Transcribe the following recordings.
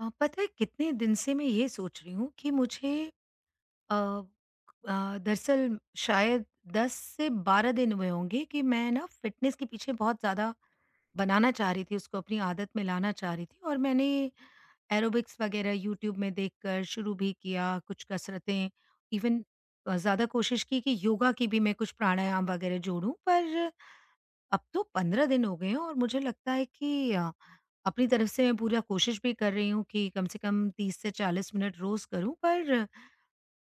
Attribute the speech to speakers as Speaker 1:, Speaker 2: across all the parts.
Speaker 1: पता है कितने दिन से मैं ये सोच रही हूँ कि मुझे अ दरअसल शायद 10 से 12 दिन हुए होंगे कि मैं ना फ़िटनेस के पीछे बहुत ज़्यादा बनाना चाह रही थी, उसको अपनी आदत में लाना चाह रही थी और मैंने एरोबिक्स वगैरह यूट्यूब में देखकर शुरू भी किया, कुछ कसरतें इवन ज़्यादा कोशिश की कि योगा की भी मैं कुछ प्राणायाम वगैरह जोड़ूँ। पर अब तो 15 दिन हो गए हैं और मुझे लगता है कि अपनी तरफ से मैं पूरा कोशिश भी कर रही हूँ कि कम से कम 30 से 40 मिनट रोज करूँ, पर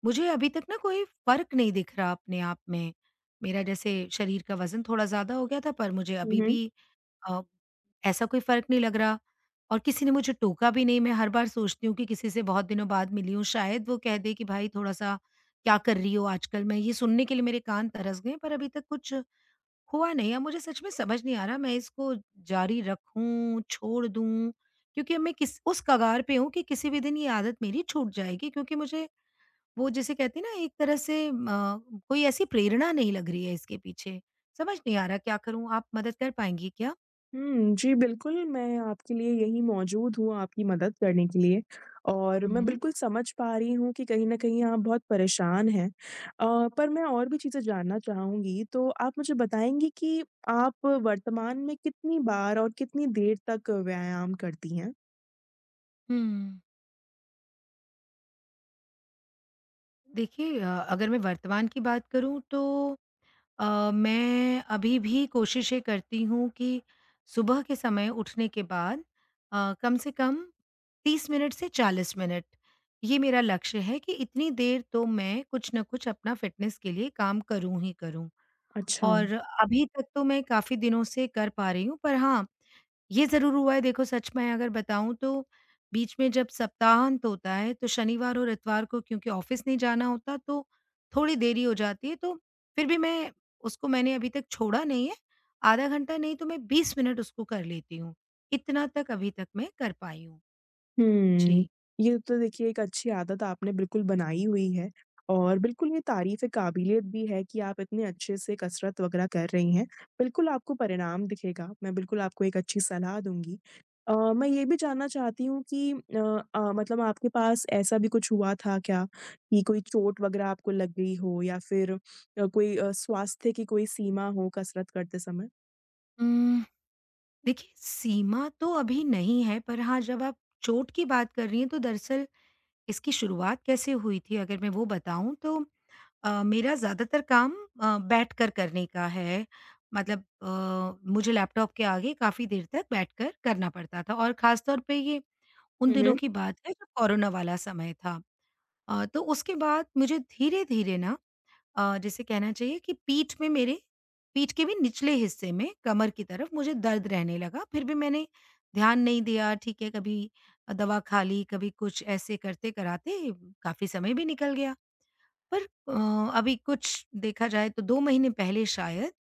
Speaker 1: मुझे अभी तक ना कोई फ़र्क नहीं दिख रहा अपने आप में। मेरा जैसे शरीर का वज़न थोड़ा ज़्यादा हो गया था, पर मुझे
Speaker 2: हुँ,
Speaker 1: अभी
Speaker 2: हुँ।
Speaker 1: भी अ, ऐसा कोई फ़र्क नहीं लग रहा, और किसी ने मुझे टोका भी नहीं। मैं हर बार सोचती हूँ कि किसी से बहुत दिनों बाद मिली हूँ, शायद वो कह दे कि भाई थोड़ा-सा क्या कर रही हो आजकल? मैं ये सुनने के लिए मेरे कान तरस गए हैं, पर अभी तक कुछ हुआ नहीं। अब मुझे सच में समझ नहीं आ रहा, मैं इसको जारी रखूँ, छोड़ दूँ? क्योंकि अब मैं किस उस कगार पे हूँ कि किसी भी दिन ये आदत मेरी छूट जाएगी, क्योंकि मुझे वो जिसे कहते हैं ना, एक तरह से कोई ऐसी प्रेरणा नहीं लग रही है इसके पीछे। समझ नहीं आ रहा क्या करूँ? आप मदद कर पाएँगी क्या?
Speaker 2: हुँ, जी, बिल्कुल, मैं आपके लिए यहीं मौजूद हूँ आपकी मदद करने के लिए और मैं
Speaker 1: हुँ,
Speaker 2: बिल्कुल समझ पा रही हूँ कि कहीं न कहीं आप बहुत परेशान हैं। पर मैं और भी चीज़ें जानना चाहूँगी, तो आप मुझे बताएँगी कि आप वर्तमान में कितनी बार और कितनी देर तक व्यायाम करती हैं?
Speaker 1: हुँ। देखिए अगर मैं वर्तमान की बात करूँ तो मैं अभी भी कोशिश ये करती हूँ कि सुबह के समय उठने के बाद कम से कम 30 मिनट से 40 मिनट, ये मेरा लक्ष्य है कि इतनी देर तो मैं कुछ ना कुछ अपना फिटनेस के लिए काम करूँ ही करूँ।
Speaker 2: अच्छा।
Speaker 1: और अभी तक तो मैं काफ़ी दिनों से कर पा रही हूँ, पर हाँ, ये ज़रूर हुआ है। देखो, सच में अगर बताऊँ तो बीच में जब सप्ताहांत होता है, तो शनिवार और इतवार को क्योंकि ऑफ़िस नहीं जाना होता, तो थोड़ी देरी हो जाती है। तो फिर भी मैं उसको मैंने अभी तक छोड़ा नहीं है। आधा घंटा नहीं तो मैं 20 मिनट उसको कर लेती हूँ। इतना तक अभी तक मैं कर पाई हूँ।
Speaker 2: हुँ,
Speaker 1: जी।
Speaker 2: ये तो देखिए एक अच्छी आदत आपने बिल्कुल बनाई हुई है और बिल्कुल ये तारीफ़ काबिलियत भी है कि आप इतने अच्छे से कसरत वग़ैरह कर रही हैं। बिल्कुल आपको परिणाम दिखेगा, मैं बिल्कुल आपको एक अच्छी सलाह दूँगी। मैं ये भी जानना चाहती हूँ कि मतलब आपके पास ऐसा भी कुछ हुआ था क्या कि कोई चोट वग़ैरह आपको लग गई हो या फिर कोई स्वास्थ्य की कोई सीमा हो कसरत करते समय?
Speaker 1: हुँ। देखिए, सीमा तो अभी नहीं है, पर हाँ, जब आप चोट की बात कर रही हैं, तो दरअसल इसकी शुरुआत कैसे हुई थी अगर मैं वो बताऊँ तो मेरा ज़्यादातर काम बैठकर करने का है। मतलब मुझे लैपटॉप के आगे काफ़ी देर तक बैठकर करना पड़ता था, और ख़ासतौर पे ये उन
Speaker 2: हुँ,
Speaker 1: दिनों
Speaker 2: हुँ।
Speaker 1: की बात है जब कोरोना वाला समय था। तो उसके बाद मुझे धीरे-धीरे ना जिसे कहना चाहिए कि पीठ में, मेरे पीठ के भी निचले हिस्से में कमर की तरफ मुझे दर्द रहने लगा। फिर भी मैंने ध्यान नहीं दिया, ठीक है, कभी दवा खा ली, कभी कुछ ऐसे करते-कराते काफ़ी समय भी निकल गया। पर अ, अभी कुछ देखा जाए तो 2 महीने पहले शायद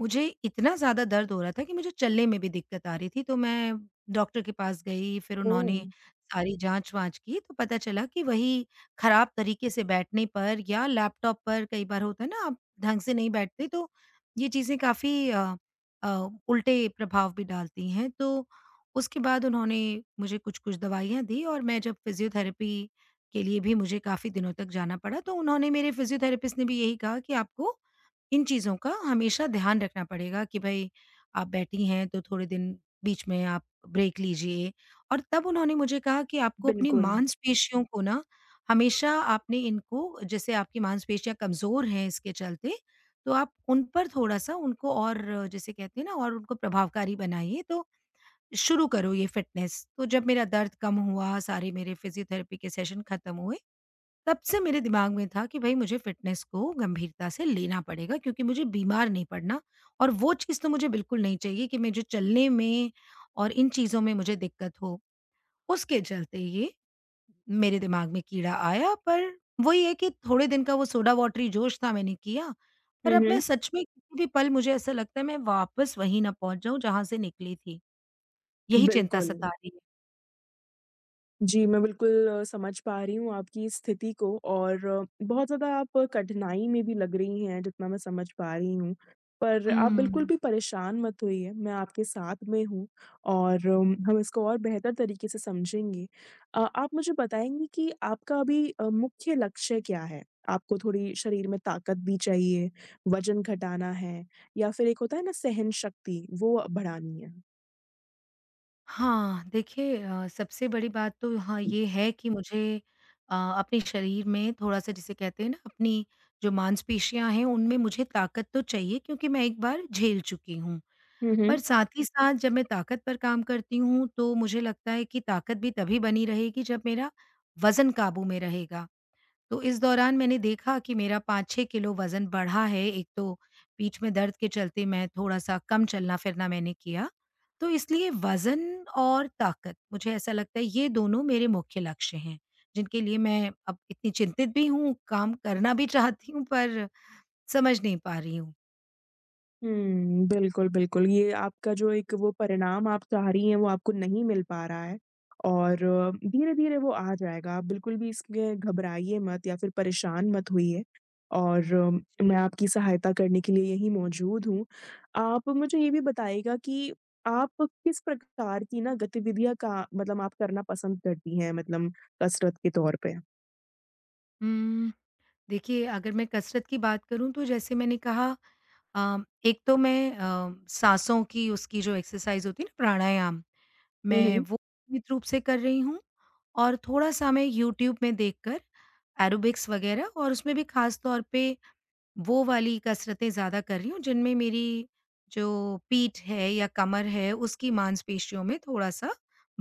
Speaker 1: मुझे इतना ज़्यादा दर्द हो रहा था कि मुझे चलने में भी दिक्कत आ रही थी। तो मैं डॉक्टर के पास गई, फिर
Speaker 2: ओह!
Speaker 1: उन्होंने सारी जाँच-वाँच की तो पता चला कि वही, खराब तरीके से बैठने पर या लैपटॉप पर कई बार होता है ना, आप ढंग से नहीं बैठते तो ये चीज़ें काफ़ी उल्टे प्रभाव भी डालती हैं। तो उसके बाद उन्होंने मुझे कुछ-कुछ दवाइयाँ दी, और मैं जब फिज़ियोथेरेपी के लिए भी मुझे काफ़ी दिनों तक जाना पड़ा। तो उन्होंने, मेरे फिज़ियोथेरेपिस्ट ने भी यही कहा कि आपको इन चीज़ों का हमेशा ध्यान रखना पड़ेगा कि भई आप बैठी हैं तो थोड़े दिन बीच में आप ब्रेक लीजिए। और तब उन्होंने मुझे कहा कि आपको अपनी
Speaker 2: बिल्कुल।
Speaker 1: मांसपेशियों को ना, हमेशा आपने इनको, जैसे आपकी मांसपेशियाँ कमज़ोर हैं इसके चलते, तो आप उन पर थोड़ा-सा उनको और जिसे कहते हैं ना, और उनको प्रभावकारी बनाइए। तो शुरू करो ये फ़िटनेस। तो जब मेरा दर्द कम हुआ, सारे मेरे फिज़ियोथेरेपी के सेशन खत्म हुए, तब से मेरे दिमाग में था कि भई मुझे फ़िटनेस को गंभीरता से लेना पड़ेगा, क्योंकि मुझे बीमार नहीं पड़ना। और वो चीज़ तो मुझे बिल्कुल नहीं चाहिए कि मुझे चलने में और इन चीज़ों में मुझे दिक्कत हो। उसके चलते ये मेरे दिमाग में कीड़ा आया, पर वही है कि थोड़े दिन का वो सोडा वाटरी जोश था, मैंने किया। पर
Speaker 2: हुँ,
Speaker 1: अब मैं
Speaker 2: हुँ।
Speaker 1: सच में किसी भी पल मुझे ऐसा लगता है मैं वापस वहीं ना पहुँच जाऊँ जहाँ से निकली थी। यही चिंता
Speaker 2: बिल्कुल।
Speaker 1: सता रही है।
Speaker 2: जी, मैं बिल्कुल समझ पा रही हूँ आपकी इस स्थिति को और बहुत ज़्यादा आप कठिनाई में भी लग रही हैं, जितना मैं समझ पा रही हूँ। पर आप बिल्कुल
Speaker 1: हुँ।
Speaker 2: भी परेशान मत होइए, मैं आपके साथ में हूँ और हम इसको और बेहतर तरीके से समझेंगे। आप मुझे बताएँगी कि आपका अभी मुख्य लक्ष्य क्या है? आपको थोड़ी शरीर में ताकत भी चाहिए, वज़न घटाना है या फिर एक होता है ना सहन शक्ति, वो बढ़ानी है?
Speaker 1: हाँ, देखिए सबसे बड़ी बात तो हाँ, ये है कि मुझे अपने शरीर में थोड़ा-सा, जिसे कहते हैं ना, अपनी जो मांसपेशियाँ हैं उनमें मुझे ताकत तो चाहिए, क्योंकि मैं एक बार झेल चुकी हूँ। पर साथ ही साथ जब मैं ताकत पर काम करती हूँ तो मुझे लगता है कि ताकत भी तभी बनी रहेगी जब मेरा वज़न काबू में रहेगा। तो इस दौरान मैंने देखा कि मेरा 5-6 किलो वज़न बढ़ा है। एक तो पीठ में दर्द के चलते मैं थोड़ा-सा कम चलना-फिरना मैंने किया। तो इसलिए वज़न और ताकत, मुझे ऐसा लगता है ये दोनों मेरे मुख्य लक्ष्य हैं, जिनके लिए मैं अब इतनी चिंतित भी हूँ, काम करना भी चाहती हूँ, पर समझ नहीं पा रही हूँ।
Speaker 2: हुँ, बिल्कुल, बिल्कुल। ये आपका जो एक वो परिणाम आप चाह रही हैं, वो आपको नहीं मिल पा रहा है और धीरे-धीरे वो आ जाएगा। आप बिल्कुल भी इसलिए घबराइए मत या फिर परेशान मत होइए और
Speaker 1: जी।
Speaker 2: मैं आपकी सहायता करने के लिए यहीं मौजूद हूँ। आप मुझे ये भी बताइएगा कि आप किस प्रकार की ना गतिविधियाँ का मतलब आप करना पसंद करती हैं मतलब कसरत के तौर पे?
Speaker 1: उम, देखिए, अगर मैं कसरत की बात करूँ तो जैसे मैंने कहा, अ, एक तो मैं साँसों की उसकी जो एक्सरसाइज़ होती है ना, प्राणायाम,
Speaker 2: हुँ,
Speaker 1: मैं
Speaker 2: हुँ।
Speaker 1: वो नियमित रूप से कर रही हूँ। और थोड़ा-सा मैं यूट्यूब में देखकर एरोबिक्स वगैरह, और उसमें भी ख़ास तौर पे वो वाली कसरतें ज़्यादा कर रही हूँ, जिनमें मेरी जो पीठ है या कमर है, उसकी मांसपेशियों में थोड़ा-सा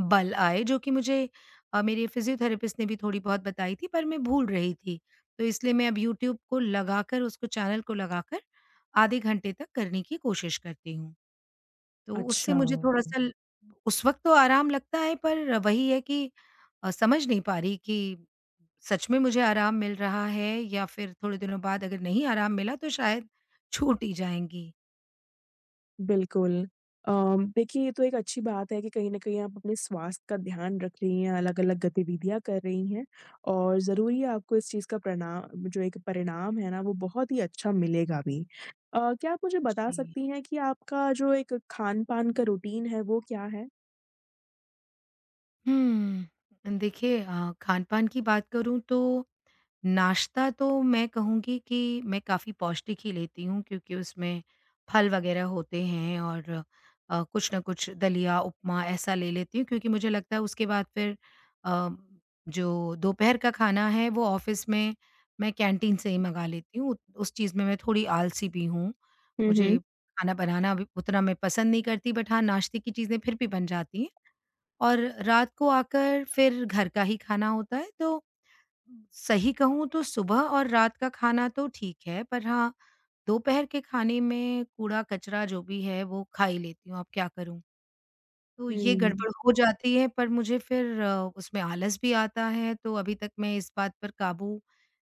Speaker 1: बल आए, जो कि मुझे मेरे फ़िज़ियोथेरेपिस्ट ने भी थोड़ी बहुत बताई थी, पर मैं भूल रही थी। तो इसलिए मैं अब यूट्यूब को लगाकर, उसको चैनल को लगाकर आधे घंटे तक करने की कोशिश करती हूँ। तो उससे
Speaker 2: अच्छा।
Speaker 1: मुझे थोड़ा-सा ल उस वक़्त तो आराम लगता है, पर वही है कि समझ नहीं पा रही कि सच में मुझे आराम मिल रहा है या फिर थोड़े दिनों बाद अगर नहीं आराम मिला तो शायद छूट ही जाएँगी।
Speaker 2: बिल्कुल। देखिए ये तो एक अच्छी बात है कि कहीं न कहीं आप अपने स्वास्थ्य का ध्यान रख रही हैं, अलग-अलग गतिविधियाँ कर रही हैं और ज़रूरी है आपको इस चीज़ का परिणाम जो एक परिणाम है ना वो बहुत ही अच्छा मिलेगा भी। क्या आप मुझे बता
Speaker 1: जी।
Speaker 2: सकती हैं कि आपका जो एक खान-पान का रूटीन है वो क्या है?
Speaker 1: हुँ, देखिए खान-पान की बात करूँ तो नाश्ता तो मैं कहूँगी कि मैं काफ़ी पौष्टिक ही लेती हूँ, क्योंकि उसमें फल वगैरह होते हैं। और कुछ ना कुछ दलिया, उपमा ऐसा ले लेती हूँ, क्योंकि मुझे लगता है उसके बाद फिर अ, जो दोपहर का खाना है वो ऑफ़िस में मैं कैंटीन से ही मँगा लेती हूँ। उस चीज़ में मैं थोड़ी आलसी भी हूँ।
Speaker 2: हुँ,
Speaker 1: मुझे
Speaker 2: हुँ।
Speaker 1: खाना बनाना भी उतना मैं पसंद नहीं करती, बट हाँ, नाश्ते की चीज़ें फिर भी बन जाती हैं। और रात को आकर फिर घर का ही खाना होता है, तो सही कहूँ तो सुबह और रात का खाना तो ठीक है, पर हाँ, दोपहर के खाने में कूड़ा-कचरा जो भी है वो खा ही लेती हूँ, अब क्या करूँ? तो ये
Speaker 2: हुँ।
Speaker 1: गड़बड़ हो जाती है, पर मुझे फिर उसमें आलस भी आता है, तो अभी तक मैं इस बात पर काबू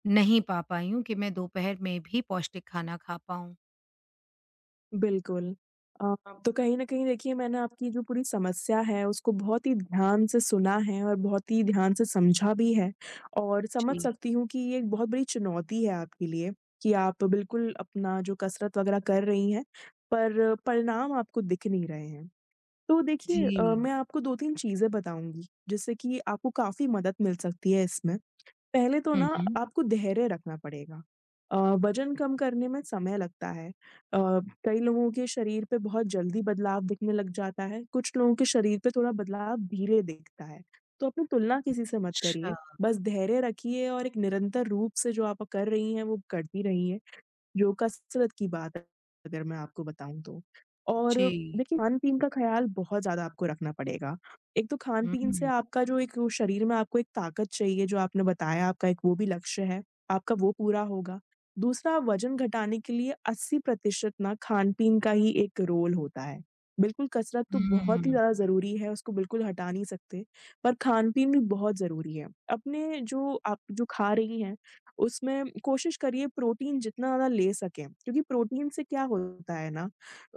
Speaker 1: नहीं पा पाई हूँ कि मैं दोपहर में भी पौष्टिक खाना खा पाऊँ।
Speaker 2: बिल्कुल। अब तो कहीं न कहीं देखिए मैंने आपकी जो पूरी समस्या है उसको बहुत ही ध्यान से सुना है और बहुत ही ध्यान से समझा भी है और समझ
Speaker 1: जी,
Speaker 2: सकती हूँ कि ये एक बहुत बड़ी चुनौती है आपके लिए कि आप बिल्कुल अपना जो कसरत वग़ैरह कर रही हैं, पर परिणाम आपको दिख नहीं रहे हैं। तो देखिए
Speaker 1: जी।
Speaker 2: मैं आपको 2-3 चीज़ें बताऊँगी जिससे कि आपको काफ़ी मदद मिल सकती है इसमें। पहले तो
Speaker 1: हुँ,
Speaker 2: ना
Speaker 1: हुँ।
Speaker 2: आपको धैर्य रखना पड़ेगा। अ, वज़न कम करने में समय लगता है। कई लोगों के शरीर पे बहुत जल्दी बदलाव दिखने लग जाता है, कुछ लोगों के शरीर पे थोड़ा बदलाव धीरे दिखता है। तो अपनी तुलना किसी से मत करिए,
Speaker 1: अच्छा,
Speaker 2: बस धैर्य रखिए और एक निरंतर रूप से जो आप कर रही हैं, वो करती रहिए। जो कसरत की बात है, अगर मैं आपको बताऊँ तो। और
Speaker 1: जी।
Speaker 2: देखिए खान-पीन का ख़्याल बहुत ज़्यादा आपको रखना पड़ेगा। एक तो खान-पीन से
Speaker 1: हुँ,
Speaker 2: आपका जो एक वो शरीर में आपको एक ताकत चाहिए, जो आपने बताया आपका एक वो भी लक्ष्य है, आपका वो पूरा होगा। दूसरा वज़न घटाने के लिए 80% ना खान-पीन का ही एक रोल होता है। बिल्कुल कसरत तो बहुत ही
Speaker 1: हुँ।
Speaker 2: ज़्यादा ज़रूरी है, उसको बिल्कुल हटा नहीं सकते, पर खान-पीन भी बहुत ज़रूरी है। अपने जो आप जो खा रही हैं, उसमें कोशिश करिए प्रोटीन जितना ज़्यादा ले सकें क्योंकि प्रोटीन से क्या होता है ना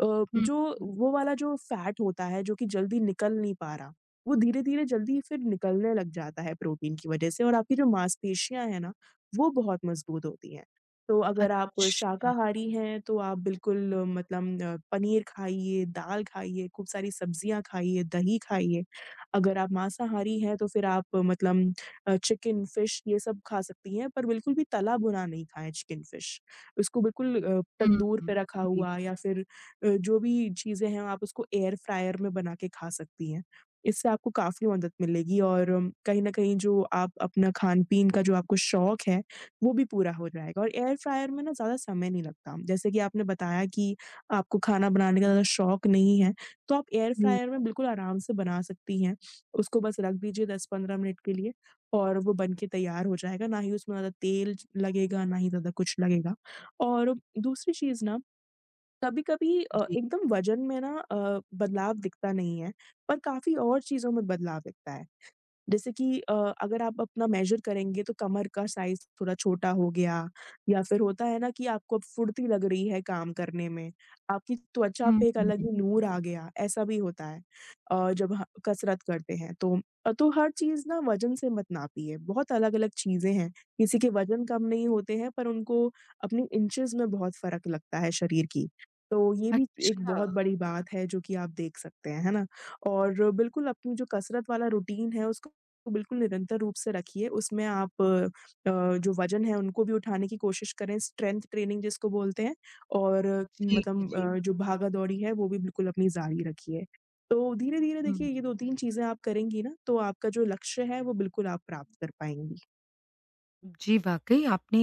Speaker 1: हुँ,
Speaker 2: जो वो वाला जो फैट होता है जो कि जल्दी निकल नहीं पा रहा, वो धीरे-धीरे जल्दी फिर निकलने लग जाता है प्रोटीन की वज़ह से और आपकी जो मांसपेशियाँ हैं ना, वो बहुत मज़बूत होती हैं। तो अगर आप
Speaker 1: अच्छा।
Speaker 2: शाकाहारी हैं तो आप बिल्कुल मतलब पनीर खाइए, दाल खाइए, खूब सारी सब्जियाँ खाइए, दही खाइए। अगर आप मांसाहारी हैं तो फिर आप मतलब चिकन, फिश ये सब खा सकती हैं, पर बिल्कुल भी तला-भुना नहीं खाएँ चिकन, फिश। उसको बिल्कुल
Speaker 1: हुँ,
Speaker 2: तंदूर
Speaker 1: हुँ।
Speaker 2: पे रखा
Speaker 1: जी,
Speaker 2: हुआ या फिर जो भी चीज़ें हैं, आप उसको एयर फ्रायर में बना के खा सकती हैं। इससे आपको काफ़ी मदद मिलेगी और कहीं न कहीं जो आप अपना खान-पीन का जो आपको शौक है, वो भी पूरा हो जाएगा और एयर फ्रायर में ना ज़्यादा समय नहीं लगता। जैसे कि आपने बताया कि आपको खाना बनाने का ज़्यादा शौक नहीं है, तो आप एयर
Speaker 1: जी,
Speaker 2: फ्रायर में बिल्कुल आराम से बना सकती हैं। उसको बस रख दीजिए 10-15 मिनट के लिए और वो बन के तैयार हो जाएगा, ना ही उसमें ज़्यादा तेल ज लगेगा, ना ही ज़्यादा कुछ लगेगा। और दूसरी चीज़ ना कभी-कभी
Speaker 1: जी।
Speaker 2: एकदम वज़न में ना बदलाव दिखता नहीं है, पर काफ़ी और चीज़ों में बदलाव दिखता है। जैसे कि अगर आप अपना मेज़र करेंगे तो कमर का साइज़ थोड़ा छोटा हो गया या फिर होता है ना कि आपको अब फुर्ती लग रही है काम करने में, आपकी त्वचा
Speaker 1: हुँ,
Speaker 2: पे एक अलग
Speaker 1: हुँ।
Speaker 2: ही नूर आ गया, ऐसा भी होता है जब ह कसरत करते हैं तो। तो हर चीज़ ना वज़न से मत नापिए, बहुत अलग-अलग चीज़ें हैं, किसी के वज़न कम नहीं होते हैं पर उनको अपनी इंचेज़ में बहुत फ़र्क लगता है शरीर की। तो ये भी एक
Speaker 1: अच्छा।
Speaker 2: बहुत बड़ी बात है जो कि आप देख सकते हैं, है ना? और बिल्कुल अपनी जो कसरत वाला रूटीन है उसको को बिल्कुल निरंतर रूप से रखिए। उसमें आप जो वज़न है उनको भी उठाने की कोशिश करें, स्ट्रेंथ ट्रेनिंग जिसको बोलते हैं और
Speaker 1: जी,
Speaker 2: मतलब
Speaker 1: जी।
Speaker 2: जो भागा-दौड़ी है वो भी बिल्कुल अपनी जारी रखिए। तो धीरे-धीरे देखिए
Speaker 1: हुँ।
Speaker 2: ये 2-3 चीज़ें आप करेंगी ना तो आपका जो लक्ष्य है वो बिल्कुल आप प्राप्त कर पाएँगी।
Speaker 1: जी, वाक़ई आपने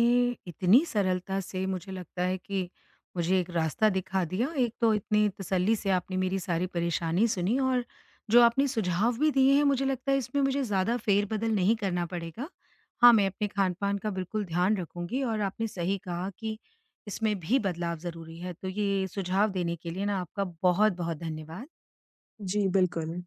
Speaker 1: इतनी सरलता से मुझे लगता है कि मुझे एक रास्ता दिखा दिया। एक तो इतनी तसल्ली से आपने मेरी सारी परेशानी सुनी, और जो आपने सुझाव भी दिए हैं, मुझे लगता है इसमें मुझे ज़्यादा फेर-बदल नहीं करना पड़ेगा। हाँ, मैं अपने खान-पान का बिल्कुल ध्यान रखूँगी, और आपने सही कहा कि इसमें भी बदलाव ज़रूरी है। तो ये सुझाव देने के लिए ना आपका बहुत-बहुत धन्यवाद।
Speaker 2: जी, बिल्कुल।